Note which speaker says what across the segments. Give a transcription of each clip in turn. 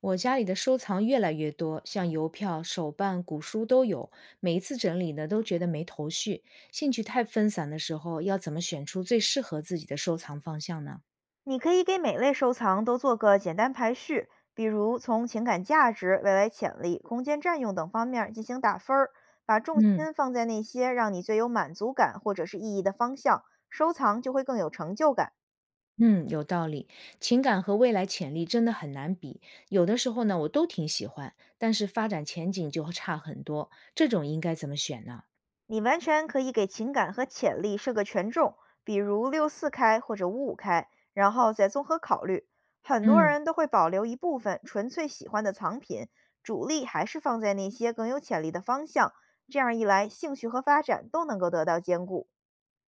Speaker 1: 我家里的收藏越来越多，像邮票、手办、古书都有。每一次整理呢，都觉得没头绪。兴趣太分散的时候，要怎么选出最适合自己的收藏方向呢？
Speaker 2: 你可以给每类收藏都做个简单排序，比如从情感价值、未来潜力、空间占用等方面儿进行打分儿，把重
Speaker 1: 嗯
Speaker 2: 心放在那些让你最有满足感或者是意义的方向，收藏就会更有成就感。
Speaker 1: 嗯，有道理。情感和未来潜力真的很难比。有的时候呢，我都挺喜欢，但是发展前景就差很多。这种应该怎么选呢？
Speaker 2: 你完全可以给情感和潜力设个权重，比如六四开或者五五开，然后再综合考虑。很多
Speaker 1: 嗯
Speaker 2: 人都会保留一部分纯粹喜欢的藏品，主力还是放在那些更有潜力的方向。这样一来，兴趣和发展都能够得到兼顾。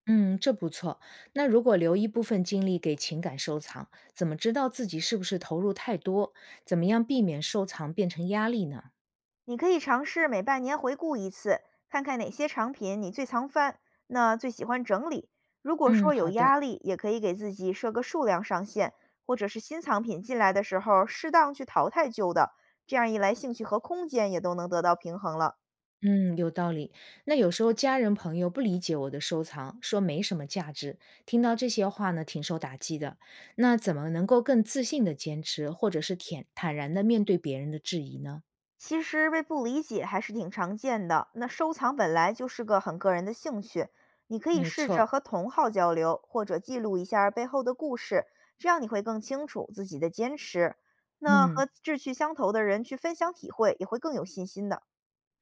Speaker 1: 嗯，这不错。那如果留一部分精力给情感收藏，怎么知道自己是不是投入太多？怎么样避免收藏变成压力呢？
Speaker 2: 你可以尝试每半年回顾一次，看看哪些藏品你最常翻，那最喜欢整理。如果
Speaker 1: 嗯，
Speaker 2: 说有
Speaker 1: 好的。
Speaker 2: 压力，也可以给自己设个数量上限，或者是新藏品进来的时候，适当去淘汰旧的。这样一来，兴趣和空间也都能得到平衡了。
Speaker 1: 嗯，有道理。那有时候家人朋友不理解我的收藏，说没什么价值，听到这些话呢，挺受打击的。那怎么能够更自信的坚持，或者是坦坦然的面对别人的质疑呢？
Speaker 2: 其实被不理解还是挺常见的。那收藏本来就是个很个人的兴趣，你可以
Speaker 1: 没
Speaker 2: 试着
Speaker 1: 错，
Speaker 2: 和同好交流，或者记录一下儿背后的故事，这样你会更清楚自己的坚持。那和
Speaker 1: 嗯。
Speaker 2: 志趣相投的人去分享体会，也会更有信心的。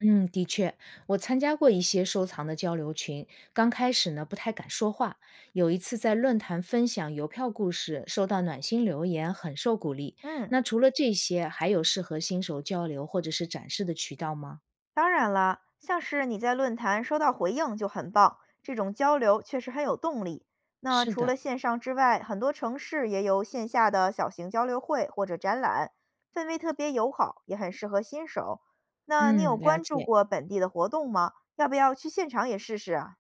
Speaker 1: 嗯，的确，我参加过一些收藏的交流群，刚开始呢不太敢说话。有一次在论坛分享邮票故事，收到暖心留言，很受鼓励。
Speaker 2: 嗯。
Speaker 1: 那除了这些，还有适合新手交流或者是展示的渠道吗？
Speaker 2: 当然啦，像是你在论坛收到回应就很棒，这种交流确实很有动力。那
Speaker 1: 是
Speaker 2: 除了
Speaker 1: 的，
Speaker 2: 线上之外，很多城市也有线下的小型交流会或者展览，氛围特别友好，也很适合新手。那你有
Speaker 1: 嗯，了
Speaker 2: 关注
Speaker 1: 解。
Speaker 2: 过本地的活动吗？要不要去现场也试试啊？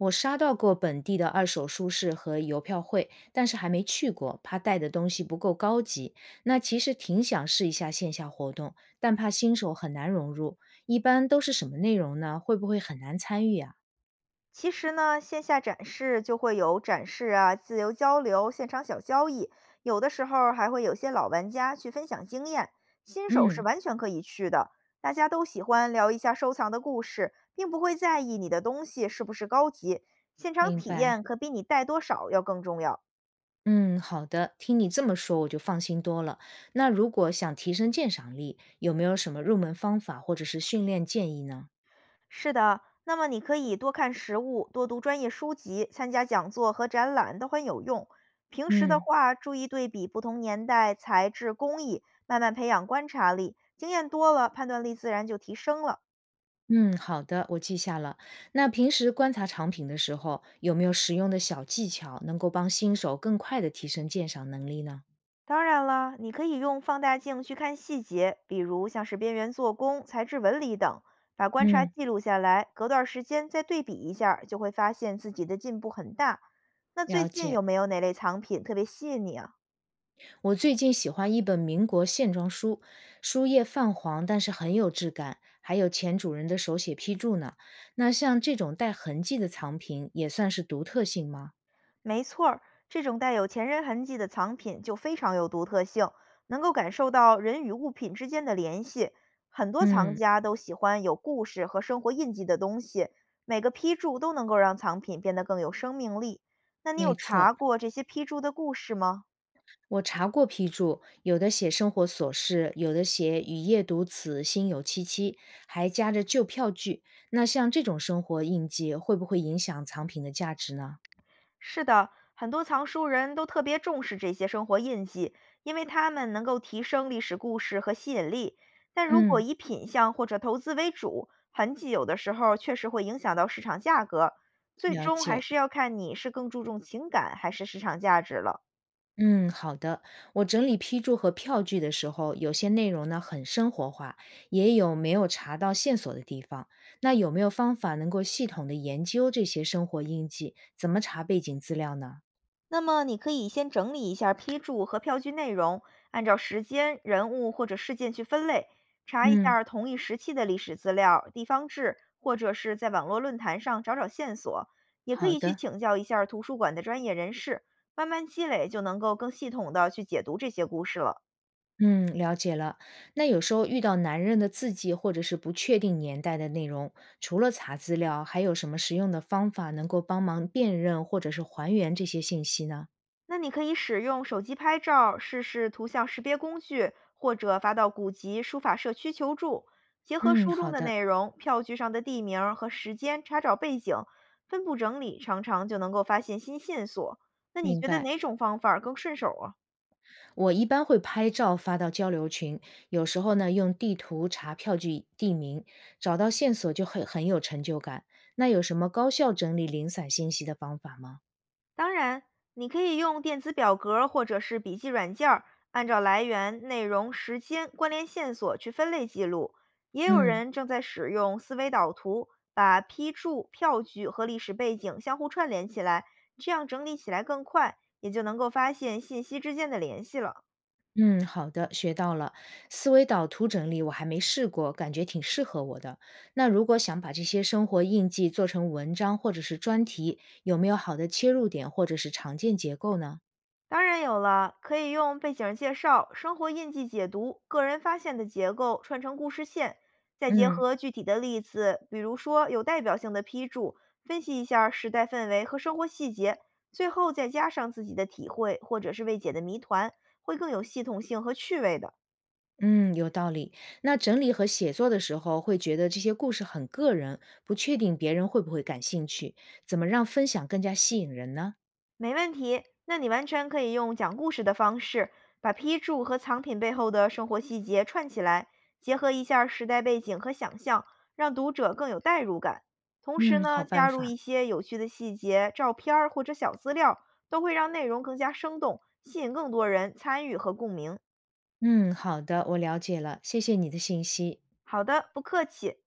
Speaker 1: 我刷到过本地的二手书市和邮票会，但是还没去过，怕带的东西不够高级。那其实挺想试一下线下活动，但怕新手很难融入。一般都是什么内容呢？会不会很难参与啊？
Speaker 2: 其实呢，线下展示就会有展示啊、自由交流、现场小交易，有的时候儿还会有些老玩家去分享经验，新手是
Speaker 1: 嗯，
Speaker 2: 完全可以去的。大家都喜欢聊一下收藏的故事，并不会在意你的东西是不是高级，现场
Speaker 1: 明
Speaker 2: 体
Speaker 1: 白。
Speaker 2: 验可比你带多少要更重要。
Speaker 1: 嗯，好的，听你这么说我就放心多了。那如果想提升鉴赏力，有没有什么入门方法或者是训练建议呢？
Speaker 2: 是的，那么你可以多看实物，多读专业书籍，参加讲座和展览都很有用。平时的
Speaker 1: 嗯。
Speaker 2: 话，注意对比不同年代材质、工艺，慢慢培养观察力，经验多了，判断力自然就提升了。
Speaker 1: 嗯，好的，我记下了。那平时观察藏品的时候，有没有实用的小技巧能够帮新手更快的提升鉴赏能力呢？
Speaker 2: 当然了，你可以用放大镜去看细节，比如像是边缘做工、材质纹理等，把观察
Speaker 1: 嗯，
Speaker 2: 记录下来，隔段时间再对比一下儿就会发现自己的进步很大。那最
Speaker 1: 了
Speaker 2: 近
Speaker 1: 解。
Speaker 2: 有没有哪类藏品特别吸引你啊？
Speaker 1: 我最近喜欢一本民国线装书，书页泛黄，但是很有质感，还有前主人的手写批注呢。那像这种带痕迹的藏品，也算是独特性吗？
Speaker 2: 没错儿，这种带有前人痕迹的藏品就非常有独特性，能够感受到人与物品之间的联系。很多藏
Speaker 1: 嗯，
Speaker 2: 家都喜欢有故事和生活印记的东西，每个批注都能够让藏品变得更有生命力。那你有
Speaker 1: 没
Speaker 2: 查
Speaker 1: 错，
Speaker 2: 过这些批注的故事吗？
Speaker 1: 我查过批注，有的写生活琐事，有的写“雨夜读此，心有戚戚”，还夹着旧票据。那像这种生活印记，会不会影响藏品的价值呢？
Speaker 2: 是的，很多藏书人都特别重视这些生活印记，因为它们能够提升历史故事和吸引力。但如果
Speaker 1: 嗯，
Speaker 2: 以品相或者投资为主，痕迹有的时候确实会影响到市场价格，最
Speaker 1: 了
Speaker 2: 终还
Speaker 1: 解。
Speaker 2: 是要看你是更注重情感还是市场价值了。
Speaker 1: 嗯，好的。我整理批注和票据的时候，有些内容呢很生活化，也有没有查到线索的地方。那有没有方法能够系统的研究这些生活印记？怎么查背景资料呢？
Speaker 2: 那么你可以先整理一下批注和票据内容，按照时间、人物或者事件去分类，查一
Speaker 1: 嗯，
Speaker 2: 下同一时期的历史资料、地方志，或者是在网络论坛上找找线索。也可
Speaker 1: 好
Speaker 2: 以去
Speaker 1: 的，
Speaker 2: 请教一下图书馆的专业人士，慢慢积累就能够更系统的去解读这些故事了。
Speaker 1: 嗯，了解了。那有时候遇到男人的字迹或者是不确定年代的内容，除了查资料，还有什么实用的方法能够帮忙辨认或者是还原这些信息呢？
Speaker 2: 那你可以使用手机拍照，试试图像识别工具，或者发到古籍、书法社区求助。结合
Speaker 1: 嗯，
Speaker 2: 书中
Speaker 1: 好
Speaker 2: 的
Speaker 1: 的，
Speaker 2: 内容、票据上的地名儿和时间，查找背景，分布整理，常常就能够发现新线索。那你
Speaker 1: 明
Speaker 2: 觉得
Speaker 1: 白。
Speaker 2: 哪种方法儿更顺手啊？
Speaker 1: 我一般会拍照发到交流群，有时候呢用地图查票据地名，找到线索就很有成就感。那有什么高效整理零散信息的方法吗？
Speaker 2: 当然，你可以用电子表格儿或者是笔记软件儿按照来源、内容、时间、关联线索去分类记录。也有
Speaker 1: 嗯。
Speaker 2: 人正在使用思维导图，把批注、票据和历史背景相互串联起来，这样整理起来更快，也就能够发现信息之间的联系了。
Speaker 1: 嗯，好的，学到了。思维导图整理我还没试过，感觉挺适合我的。那如果想把这些生活印记做成文章或者是专题，有没有好的切入点或者是常见结构呢？
Speaker 2: 当然有了，可以用背景介绍、生活印记解读、个人发现的结构串成故事线，再结
Speaker 1: 嗯
Speaker 2: 合具体的例子，比如说有代表性的批注，分析一下时代氛围和生活细节，最后再加上自己的体会或者是未解的谜团，会更有系统性和趣味的。
Speaker 1: 嗯，有道理。那整理和写作的时候，会觉得这些故事很个人，不确定别人会不会感兴趣。怎么让分享更加吸引人呢？
Speaker 2: 没问题，那你完全可以用讲故事的方式，把批注和藏品背后的生活细节串起来，结合一下儿时代背景和想象，让读者更有代入感。同时
Speaker 1: 嗯，
Speaker 2: 呢，
Speaker 1: 好
Speaker 2: 加
Speaker 1: 办
Speaker 2: 入
Speaker 1: 法。
Speaker 2: 一些有趣的细节、照片儿或者小资料，都会让内容更加生动，吸引更多人参与和共鸣。
Speaker 1: 嗯，好的，我了解了，谢谢你的信息。
Speaker 2: 好的，不客气。